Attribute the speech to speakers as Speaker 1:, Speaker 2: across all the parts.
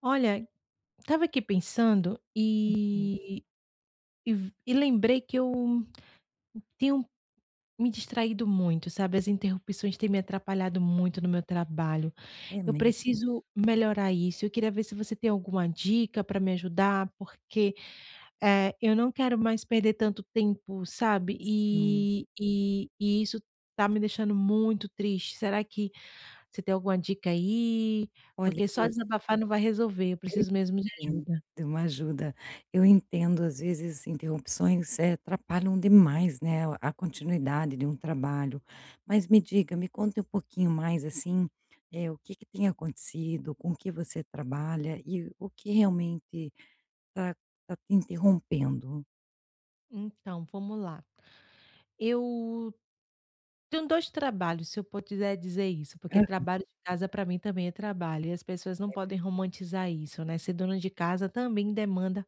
Speaker 1: Olha, estava aqui pensando
Speaker 2: Uhum.
Speaker 1: e lembrei que eu tenho me distraído muito, sabe? As interrupções têm me atrapalhado muito no meu trabalho.
Speaker 2: É
Speaker 1: Eu
Speaker 2: mesmo.
Speaker 1: preciso melhorar isso. Eu queria ver se você tem alguma dica para me ajudar, porque eu não quero mais perder tanto tempo, sabe?
Speaker 2: Sim.
Speaker 1: E isso tá me deixando muito triste. Será que você tem alguma dica aí?
Speaker 2: Olha,
Speaker 1: Porque só
Speaker 2: eu
Speaker 1: desabafar não vai resolver. Eu
Speaker 2: eu
Speaker 1: preciso mesmo de
Speaker 2: entendo,
Speaker 1: ajuda.
Speaker 2: é uma ajuda. Eu entendo, às vezes, interrupções, atrapalham demais, né, a continuidade de um trabalho. Mas me diga, me conte um pouquinho mais, assim, o que que tem acontecido, com o que você trabalha e o que realmente está tá tá te interrompendo?
Speaker 1: Então, vamos lá. Eu tenho 2 trabalhos, se eu puder dizer isso, porque
Speaker 2: Hã.
Speaker 1: trabalho de casa para mim também é trabalho, e as pessoas não podem romantizar isso, né, ser dona de casa também demanda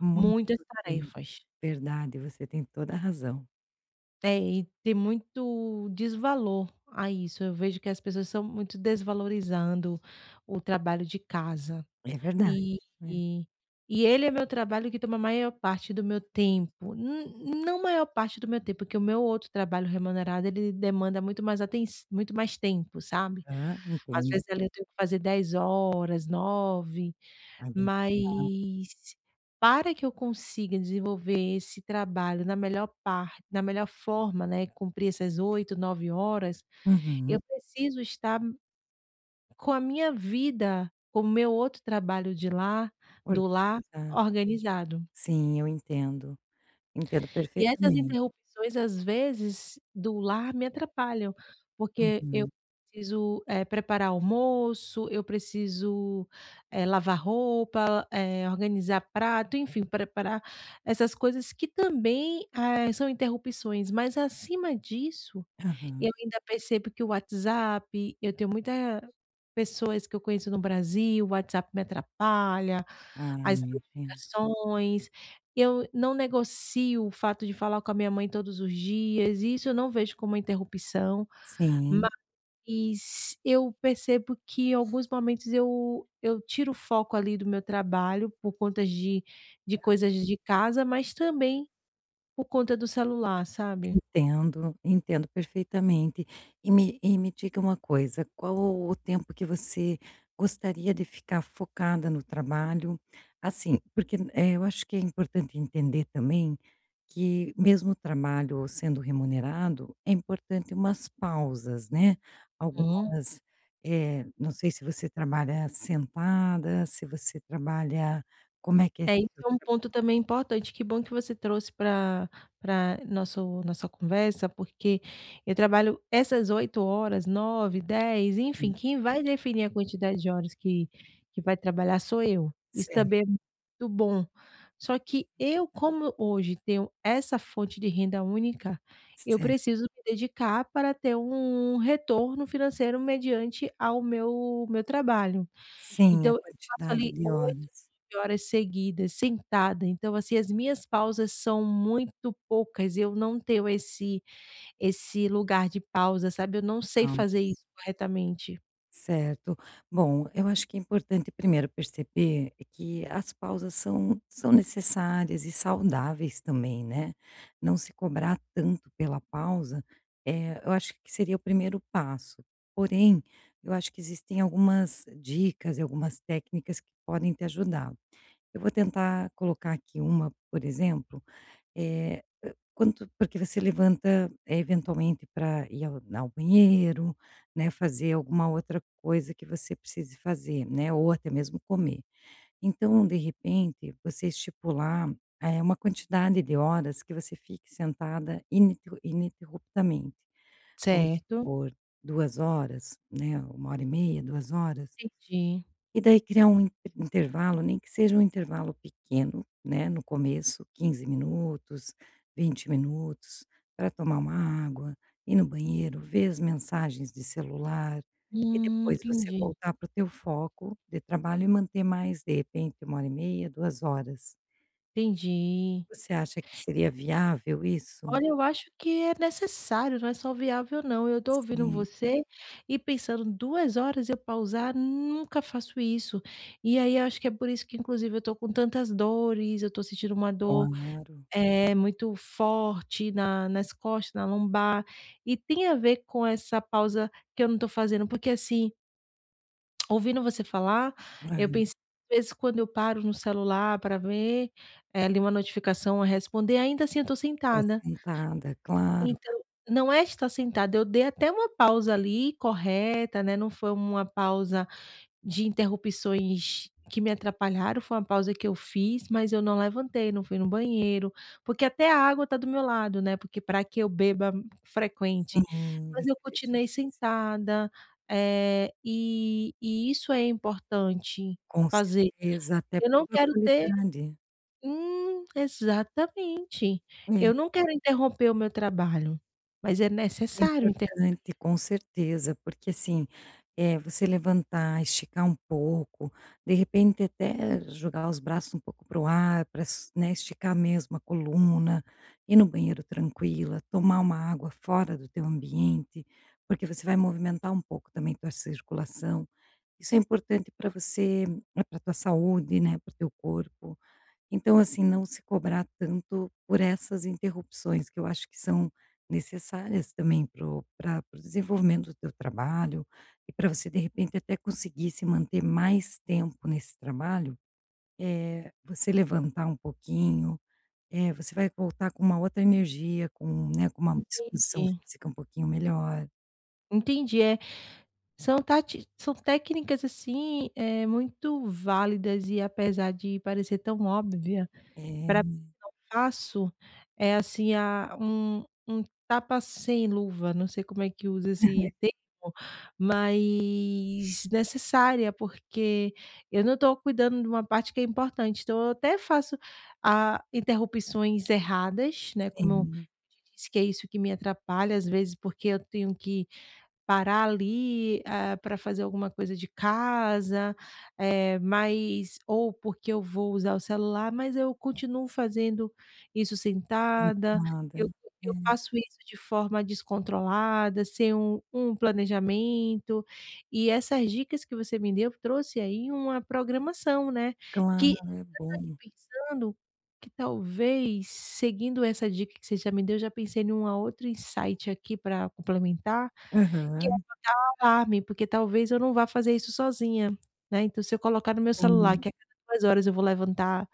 Speaker 2: Muito
Speaker 1: muitas
Speaker 2: tempo.
Speaker 1: tarefas.
Speaker 2: Verdade, você tem toda a razão.
Speaker 1: É, e tem muito desvalor a isso, eu vejo que as pessoas são muito desvalorizando o trabalho de casa.
Speaker 2: É verdade.
Speaker 1: E
Speaker 2: É.
Speaker 1: e e ele é meu trabalho que toma a maior parte do meu tempo, n não maior parte do meu tempo, porque o meu outro trabalho remunerado ele demanda muito mais atenção muito mais tempo, sabe.
Speaker 2: Aham,
Speaker 1: Às
Speaker 2: entendo.
Speaker 1: vezes ali eu tenho que fazer 10 horas, 9
Speaker 2: Tá bem puxado.
Speaker 1: mas para que eu consiga desenvolver esse trabalho na melhor forma, né, cumprir essas 8 9 horas, eu
Speaker 2: Uhum.
Speaker 1: preciso estar com a minha vida, com o meu outro trabalho de lar do lar
Speaker 2: Organizado.
Speaker 1: organizado.
Speaker 2: Sim, eu entendo. Entendo
Speaker 1: E essas
Speaker 2: perfeitamente.
Speaker 1: interrupções, às vezes, do lar me atrapalham, porque eu
Speaker 2: Uhum.
Speaker 1: preciso, preparar almoço, eu preciso, lavar roupa, organizar prato, enfim, preparar essas coisas que também, são interrupções, mas acima disso
Speaker 2: Aham.
Speaker 1: eu ainda percebo que o WhatsApp eu tenho muitas pessoas que eu conheço no Brasil, o WhatsApp me atrapalha,
Speaker 2: Ah,
Speaker 1: as
Speaker 2: eu entendo.
Speaker 1: notificações, eu não negocio o fato de falar com a minha mãe todos os dias, e isso eu não vejo como uma interrupção,
Speaker 2: Sim.
Speaker 1: mas eu percebo que em alguns momentos eu tiro o foco ali do meu trabalho por conta de coisas de casa, mas também por conta do celular, sabe?
Speaker 2: Entendo, entendo perfeitamente. E me diga uma coisa, qual o tempo que você gostaria de ficar focada no trabalho? Assim, porque, eu acho que é importante entender também que mesmo o trabalho sendo remunerado, é importante umas pausas, né, algumas, não sei se você trabalha sentada, se você trabalha como é que é?
Speaker 1: É, isso é um ponto também importante. Que bom que você trouxe para nosso nossa conversa, porque eu trabalho essas 8 horas, 9, 10, enfim, quem vai definir a quantidade de horas que vai trabalhar sou eu. Isso
Speaker 2: Certo,
Speaker 1: também é muito bom. Só que eu, como hoje tenho essa fonte de renda única, eu
Speaker 2: certo.
Speaker 1: preciso me dedicar para ter um retorno financeiro mediante ao meu trabalho.
Speaker 2: Sim, a
Speaker 1: Então eu passo
Speaker 2: quantidade
Speaker 1: ali
Speaker 2: de
Speaker 1: 8
Speaker 2: horas.
Speaker 1: 9 horas seguidas sentada, então assim, as minhas pausas são muito poucas, eu não tenho esse lugar de pausa, sabe, eu não sei fazer
Speaker 2: Calmas,
Speaker 1: isso corretamente.
Speaker 2: certo. Bom, eu acho que é importante primeiro perceber que as pausas são necessárias e saudáveis também, né? Não se cobrar tanto pela pausa, eu acho que seria o primeiro passo. Porém, eu acho que existem algumas dicas e algumas técnicas que podem te ajudar. Eu vou tentar colocar aqui uma, por exemplo. eh, Quanto porque você levanta, eventualmente para ir ao banheiro, né, fazer alguma outra coisa que você precise fazer, né, ou até mesmo comer. Então, de repente, você estipular, uma quantidade de horas que você fique sentada ininterruptamente. Vamos
Speaker 1: Certo,
Speaker 2: supor, 2 horas, né, uma hora e meia, 2 horas.
Speaker 1: entendi.
Speaker 2: E daí criar um in intervalo, nem que seja um intervalo pequeno, né, no começo, 15 minutos, 20 minutos, para tomar uma água, ir no banheiro, ver as mensagens de celular e depois você
Speaker 1: Entendi,
Speaker 2: voltar para o teu foco de trabalho e manter mais, de repente, uma hora e meia, 2 horas.
Speaker 1: entendi.
Speaker 2: Você acha que seria viável isso?
Speaker 1: Olha, eu acho que é necessário, não é só viável não, eu tô ouvindo
Speaker 2: Sim,
Speaker 1: você e pensando 2 horas eu pausar, nunca faço isso. E aí eu acho que é por isso que inclusive eu tô com tantas dores, eu tô sentindo uma dor.
Speaker 2: claro.
Speaker 1: É, muito forte na nas costas, na lombar, e tem a ver com essa pausa que eu não estou fazendo, porque assim, ouvindo você falar, eu
Speaker 2: Aham.
Speaker 1: pensei às vezes quando eu paro no celular para ver, ali uma notificação a responder, ainda assim eu estou
Speaker 2: Tá
Speaker 1: sentada.
Speaker 2: sentada, claro.
Speaker 1: Então, não é estar sentada, eu dei até uma pausa ali correta, né, não foi uma pausa de interrupções que me atrapalharam, foi uma pausa que eu fiz, mas eu não levantei, não fui no banheiro, porque até a água está do meu lado, né, porque para que eu beba frequente.
Speaker 2: Sim, você
Speaker 1: Mas eu
Speaker 2: deixa.
Speaker 1: continuei sentada, e isso é importante
Speaker 2: Com
Speaker 1: fazer.
Speaker 2: certeza, até
Speaker 1: Eu
Speaker 2: para
Speaker 1: não
Speaker 2: tua
Speaker 1: quero ter.
Speaker 2: qualidade.
Speaker 1: Hum, exatamente.
Speaker 2: É,
Speaker 1: Eu não quero interromper o meu trabalho, mas é
Speaker 2: isso é
Speaker 1: necessário interromper.
Speaker 2: importante, com certeza, porque assim, é você levantar, esticar um pouco, de repente até jogar os braços um pouco para o ar, para, né, esticar mesmo a coluna, ir no banheiro tranquila, tomar uma água fora do teu ambiente, porque você vai movimentar um pouco também tua circulação. Isso é importante para você, para tua saúde, né, para o teu corpo. Então, assim, não se cobrar tanto por essas interrupções que eu acho que são necessárias também para o desenvolvimento do teu trabalho e para você, de repente, até conseguir se manter mais tempo nesse trabalho, é você levantar um pouquinho, é você vai voltar com uma outra energia, com, né, com uma disposição
Speaker 1: Entendi,
Speaker 2: física um pouquinho melhor.
Speaker 1: entendi. É. São técnicas, assim, é muito válidas e apesar de parecer tão óbvia,
Speaker 2: É,
Speaker 1: para fácil, é assim, a um tapa sem luva, não sei como é que usa esse termo, mas necessária, porque eu não estou cuidando de uma parte que é importante, então eu até faço, ah, interrupções erradas, né, como eu
Speaker 2: sim,
Speaker 1: disse que é isso que me atrapalha às vezes, porque eu tenho que parar ali, para fazer alguma coisa de casa, mas ou porque eu vou usar o celular, mas eu continuo fazendo isso sentada,
Speaker 2: cansada.
Speaker 1: eu
Speaker 2: É,
Speaker 1: eu faço isso de forma descontrolada, sem um planejamento, e essas dicas que você me deu trouxe aí uma programação, né,
Speaker 2: claro,
Speaker 1: que
Speaker 2: é
Speaker 1: eu tô aqui
Speaker 2: bom.
Speaker 1: pensando que talvez seguindo essa dica que você já me deu, já pensei numa outra insight aqui para complementar
Speaker 2: Aham,
Speaker 1: charme, porque talvez eu não vá fazer isso sozinha, né, então se eu colocar no meu celular
Speaker 2: sim,
Speaker 1: que a cada 2 horas eu vou levantar,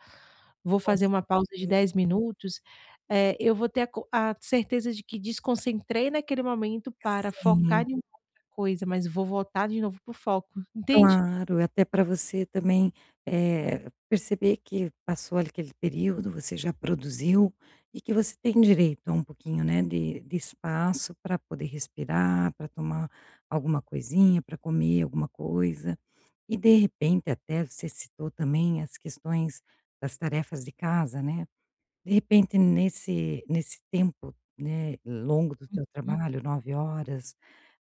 Speaker 1: vou
Speaker 2: com
Speaker 1: fazer uma pausa de
Speaker 2: certeza.
Speaker 1: 10 minutos, eu vou ter a co a certeza de que desconcentrei naquele momento para focar
Speaker 2: Sim.
Speaker 1: em uma outra coisa, mas vou voltar de novo para o foco, entende?
Speaker 2: Claro, até para você também, perceber que passou ali aquele período, você já produziu e que você tem direito a um pouquinho, né, de espaço para poder respirar, para tomar alguma coisinha, para comer alguma coisa. E de repente até você citou também as questões das tarefas de casa, né? De repente, nesse tempo, né, longo do teu
Speaker 1: Hum,
Speaker 2: trabalho, 9 horas,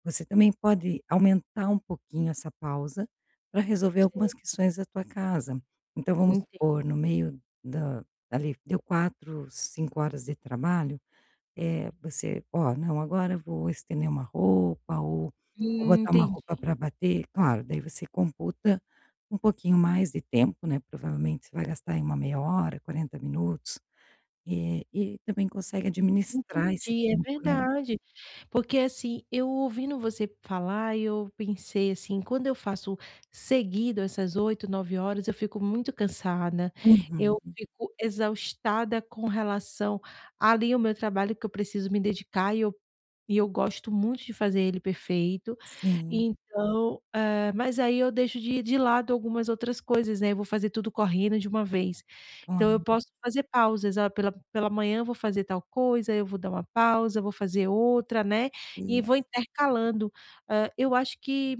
Speaker 2: você também pode aumentar um pouquinho essa pausa para resolver
Speaker 1: sei,
Speaker 2: algumas questões da tua casa. Então, vamos
Speaker 1: enten
Speaker 2: supor, no meio da ali, deu 4 5 horas de trabalho, é você: "Ó, não, agora eu vou estender uma roupa ou vou botar uma
Speaker 1: entendi,
Speaker 2: roupa para bater". Claro, daí você computa um pouquinho mais de tempo, né, provavelmente você vai gastar aí uma meia hora, 40 minutos. E também consegue administrar esse
Speaker 1: entendi, é
Speaker 2: tempo, né.
Speaker 1: verdade. Porque assim, eu ouvindo você falar, eu pensei assim, quando eu faço seguido essas 8 9 horas, eu fico muito cansada, eu
Speaker 2: Uhum.
Speaker 1: fico exaustada com relação ali ao meu trabalho que eu preciso me dedicar e eu gosto muito de fazer ele perfeito.
Speaker 2: Sim,
Speaker 1: Então, mas aí eu deixo de lado algumas outras coisas, né, eu vou fazer tudo correndo de uma vez. Então eu
Speaker 2: claro.
Speaker 1: posso fazer pausas, ah, pela manhã eu vou fazer tal coisa, eu vou dar uma pausa, vou fazer outra, né, e vou
Speaker 2: Isso.
Speaker 1: intercalando. Eu acho que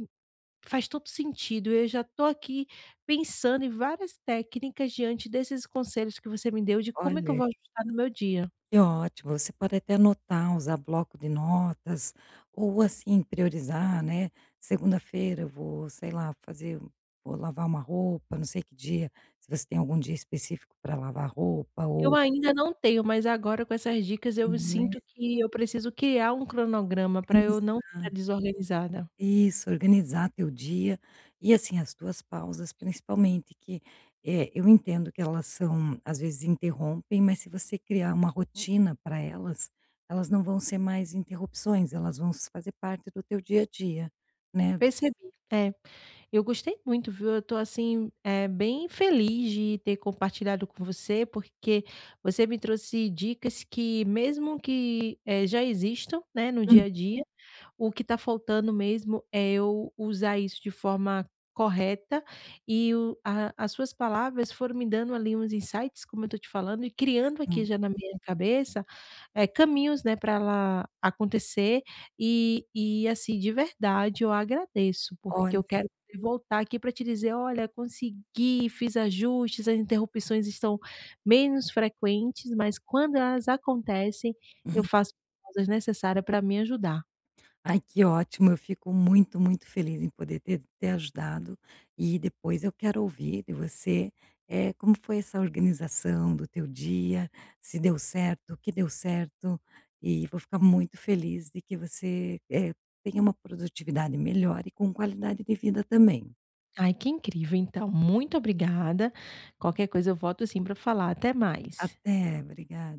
Speaker 1: faz todo sentido, eu já tô aqui pensando em várias técnicas diante desses conselhos que você me deu de como é que eu
Speaker 2: Olha,
Speaker 1: vou ajustar no meu dia.
Speaker 2: que ótimo. Você pode até anotar, usar bloco de notas ou, assim, priorizar, né, segunda-feira eu vou, sei lá, fazer vou lavar uma roupa, não sei que dia, se você tem algum dia específico para lavar roupa
Speaker 1: Eu
Speaker 2: ou,
Speaker 1: ainda não tenho, mas agora com essas dicas eu
Speaker 2: né,
Speaker 1: sinto que eu preciso criar um cronograma para eu não ficar desorganizada.
Speaker 2: isso, organizar teu dia e, assim, as tuas pausas, principalmente, que, eu entendo que elas são às vezes interrompem, mas se você criar uma rotina para elas, elas não vão ser mais interrupções, elas vão fazer parte do teu dia a dia, né.
Speaker 1: Percebi. É, eu gostei muito, viu. Eu tô assim, bem feliz de ter compartilhado com você, porque você me trouxe dicas que mesmo que, já existam, né, no dia a dia. O que está faltando mesmo é eu usar isso de forma correta e o a as suas palavras foram me dando ali uns insights, como eu tô te falando, e criando aqui
Speaker 2: Uhum.
Speaker 1: já na minha cabeça, caminhos, né, pra ela acontecer e assim, de verdade eu agradeço, porque
Speaker 2: Olha.
Speaker 1: eu quero poder voltar aqui para te dizer: "Olha, consegui, fiz ajustes, as interrupções estão menos frequentes", mas quando elas acontecem, eu faço as necessária para me ajudar.
Speaker 2: Ai, que ótimo. Eu fico muito, muito feliz em poder ter ajudado. E depois eu quero ouvir de você, como foi essa organização do teu dia, se deu certo, o que deu certo. E vou ficar muito feliz de que você, tenha uma produtividade melhor e com qualidade de vida também.
Speaker 1: Ai, que incrível, então. Muito obrigada. Qualquer coisa eu volto sim para falar. Até mais.
Speaker 2: Até. Obrigada.